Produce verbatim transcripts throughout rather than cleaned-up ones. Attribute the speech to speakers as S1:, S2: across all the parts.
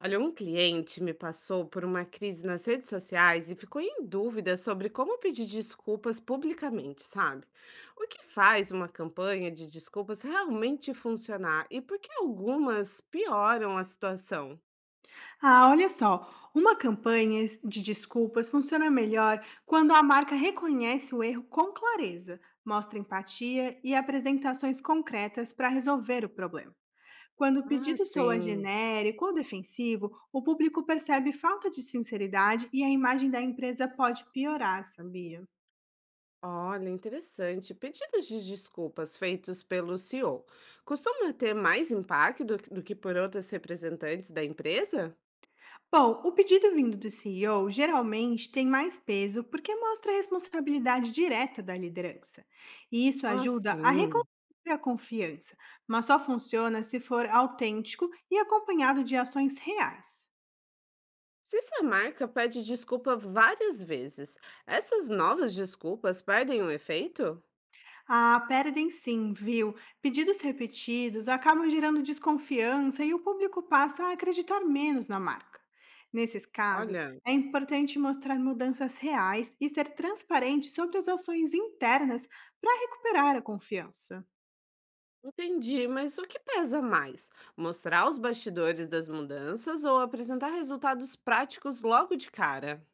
S1: Olha, um cliente me passou por uma crise nas redes sociais e ficou em dúvida sobre como pedir desculpas publicamente, sabe? O que faz uma campanha de desculpas realmente funcionar e por que algumas pioram a situação?
S2: Ah, olha só, uma campanha de desculpas funciona melhor quando a marca reconhece o erro com clareza, mostra empatia e apresentações concretas para resolver o problema. Quando o
S1: Ah,
S2: pedido soa
S1: sim.
S2: genérico ou defensivo, o público percebe falta de sinceridade e a imagem da empresa pode piorar, sabia?
S1: Olha, interessante. Pedidos de desculpas feitos pelo C E O costumam ter mais impacto do do que por outras representantes da empresa?
S2: Bom, o pedido vindo do C E O geralmente tem mais peso porque mostra a responsabilidade direta da liderança. E isso
S1: Ah,
S2: ajuda a reconstruir
S1: sim.
S2: a confiança, mas só funciona se for autêntico e acompanhado de ações reais.
S1: Se sua marca pede desculpa várias vezes, essas novas desculpas perdem o efeito?
S2: Ah, perdem sim, viu? Pedidos repetidos acabam gerando desconfiança e o público passa a acreditar menos na marca. Nesses casos,
S1: Olha.
S2: é importante mostrar mudanças reais e ser transparente sobre as ações internas para recuperar a confiança.
S1: Entendi, mas o que pesa mais? Mostrar os bastidores das mudanças ou apresentar resultados práticos logo de cara?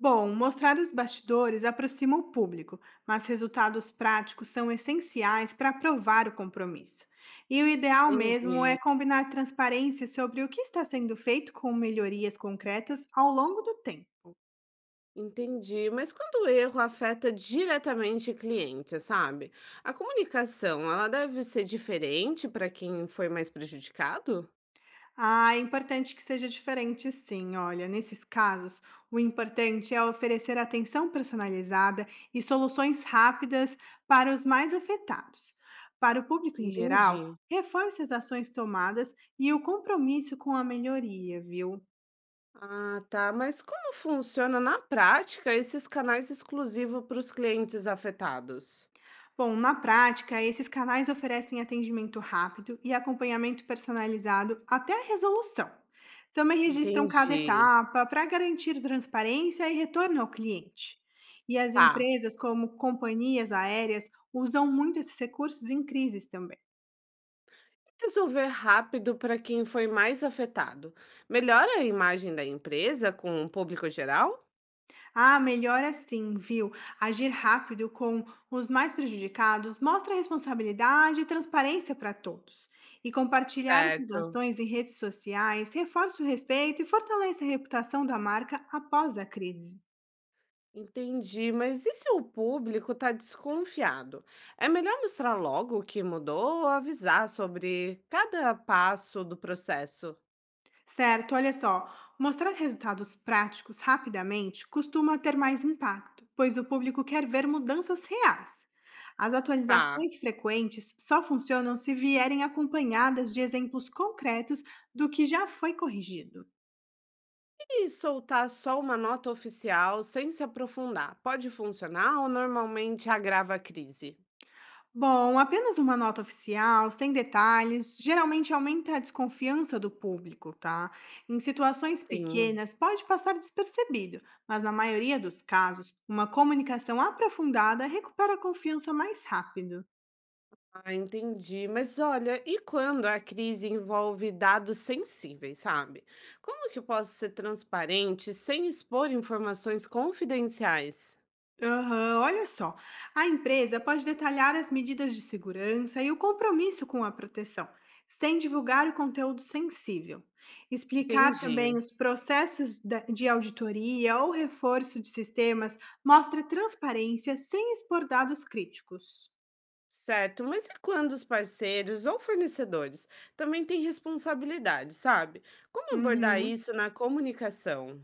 S2: Bom, mostrar os bastidores aproxima o público, mas resultados práticos são essenciais para provar o compromisso. E o ideal mesmo é
S1: Entendi,
S2: combinar transparência sobre o que está sendo feito com melhorias concretas ao longo do tempo.
S1: entendi. Mas quando o erro afeta diretamente o cliente, sabe? A comunicação, ela deve ser diferente para quem foi mais prejudicado?
S2: Ah, é importante que seja diferente, sim. Olha, nesses casos, o importante é oferecer atenção personalizada e soluções rápidas para os mais afetados. Para o público em geral,
S1: Entendi.
S2: reforce as ações tomadas e o compromisso com a melhoria, viu?
S1: Ah, tá. Mas como funciona na prática esses canais exclusivos para os clientes afetados?
S2: Bom, na prática, esses canais oferecem atendimento rápido e acompanhamento personalizado até a resolução. Também registram cada
S1: Entendi.
S2: etapa para garantir transparência e retorno ao cliente. E as
S1: Tá.
S2: empresas, como companhias aéreas, usam muito esses recursos em crises também.
S1: Resolver rápido para quem foi mais afetado. Melhora a imagem da empresa com o público geral?
S2: Ah, melhor assim, viu? Agir rápido com os mais prejudicados mostra responsabilidade e transparência para todos. E compartilhar essas
S1: Certo.
S2: ações em redes sociais reforça o respeito e fortalece a reputação da marca após a crise.
S1: Entendi, mas e se o público está desconfiado? É melhor mostrar logo o que mudou ou avisar sobre cada passo do processo?
S2: Certo, olha só, mostrar resultados práticos rapidamente costuma ter mais impacto, pois o público quer ver mudanças reais. As
S1: Tá.
S2: atualizações frequentes só funcionam se vierem acompanhadas de exemplos concretos do que já foi corrigido.
S1: E soltar só uma nota oficial sem se aprofundar, pode funcionar ou normalmente agrava a crise?
S2: Bom, apenas uma nota oficial, sem detalhes, geralmente aumenta a desconfiança do público, tá? Em situações
S1: Sim,
S2: pequenas, pode passar despercebido, mas na maioria dos casos, uma comunicação aprofundada recupera a confiança mais rápido.
S1: ah, entendi. Mas olha, e quando a crise envolve dados sensíveis, sabe? Como que eu posso ser transparente sem expor informações confidenciais?
S2: Aham, olha só, a empresa pode detalhar as medidas de segurança e o compromisso com a proteção, sem divulgar o conteúdo sensível. Explicar também
S1: Entendi.
S2: os processos da- de auditoria ou reforço de sistemas mostra transparência sem expor dados críticos.
S1: Certo, mas e quando os parceiros ou fornecedores também têm responsabilidade, sabe? Como abordar
S2: Uhum.
S1: isso na comunicação?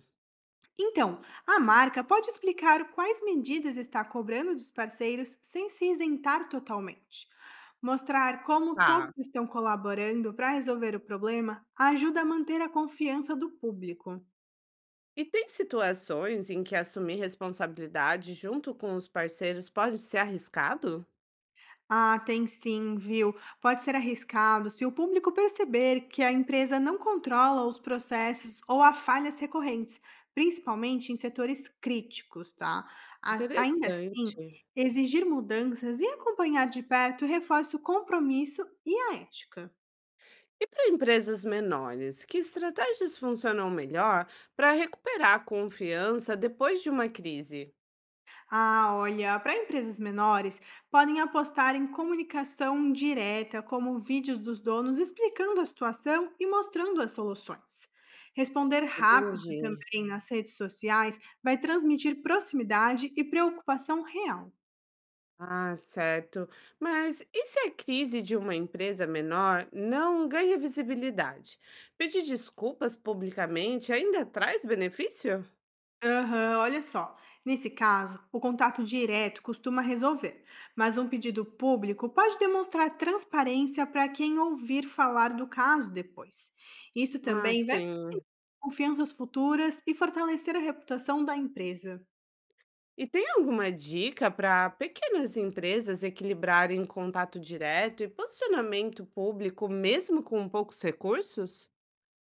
S2: Então, a marca pode explicar quais medidas está cobrando dos parceiros sem se isentar totalmente. Mostrar como todos
S1: Tá.
S2: estão colaborando para resolver o problema ajuda a manter a confiança do público.
S1: E tem situações em que assumir responsabilidade junto com os parceiros pode ser arriscado?
S2: Ah, tem sim, viu? Pode ser arriscado se o público perceber que a empresa não controla os processos ou há falhas recorrentes, principalmente em setores críticos, tá? A- Ainda assim,
S1: Interessante.
S2: exigir mudanças e acompanhar de perto reforça o compromisso e a ética.
S1: E para empresas menores, que estratégias funcionam melhor para recuperar a confiança depois de uma crise?
S2: Ah, olha, para empresas menores, podem apostar em comunicação direta, como vídeos dos donos explicando a situação e mostrando as soluções. Responder rápido
S1: Entendi.
S2: também nas redes sociais vai transmitir proximidade e preocupação real.
S1: Ah, certo. Mas e se a crise de uma empresa menor não ganha visibilidade? Pedir desculpas publicamente ainda traz benefício?
S2: Aham, olha só. Nesse caso, o contato direto costuma resolver, mas um pedido público pode demonstrar transparência para quem ouvir falar do caso depois. Isso
S1: Ah,
S2: também vai
S1: sim.
S2: confianças futuras e fortalecer a reputação da empresa.
S1: E tem alguma dica para pequenas empresas equilibrarem contato direto e posicionamento público, mesmo com poucos recursos?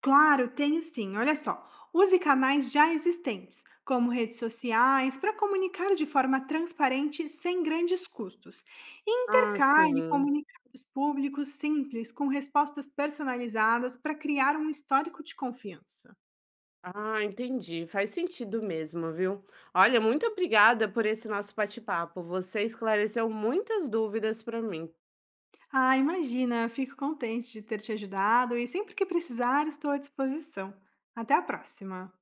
S2: Claro, tenho sim. Olha só. Use canais já existentes, como redes sociais, para comunicar de forma transparente sem grandes custos. E
S1: Ah,
S2: intercale
S1: sim.
S2: comunicados públicos simples com respostas personalizadas para criar um histórico de confiança.
S1: Ah, entendi. Faz sentido mesmo, viu? Olha, muito obrigada por esse nosso bate-papo. Você esclareceu muitas dúvidas para mim.
S2: Ah, imagina, fico contente de ter te ajudado e sempre que precisar estou à disposição. Até a próxima!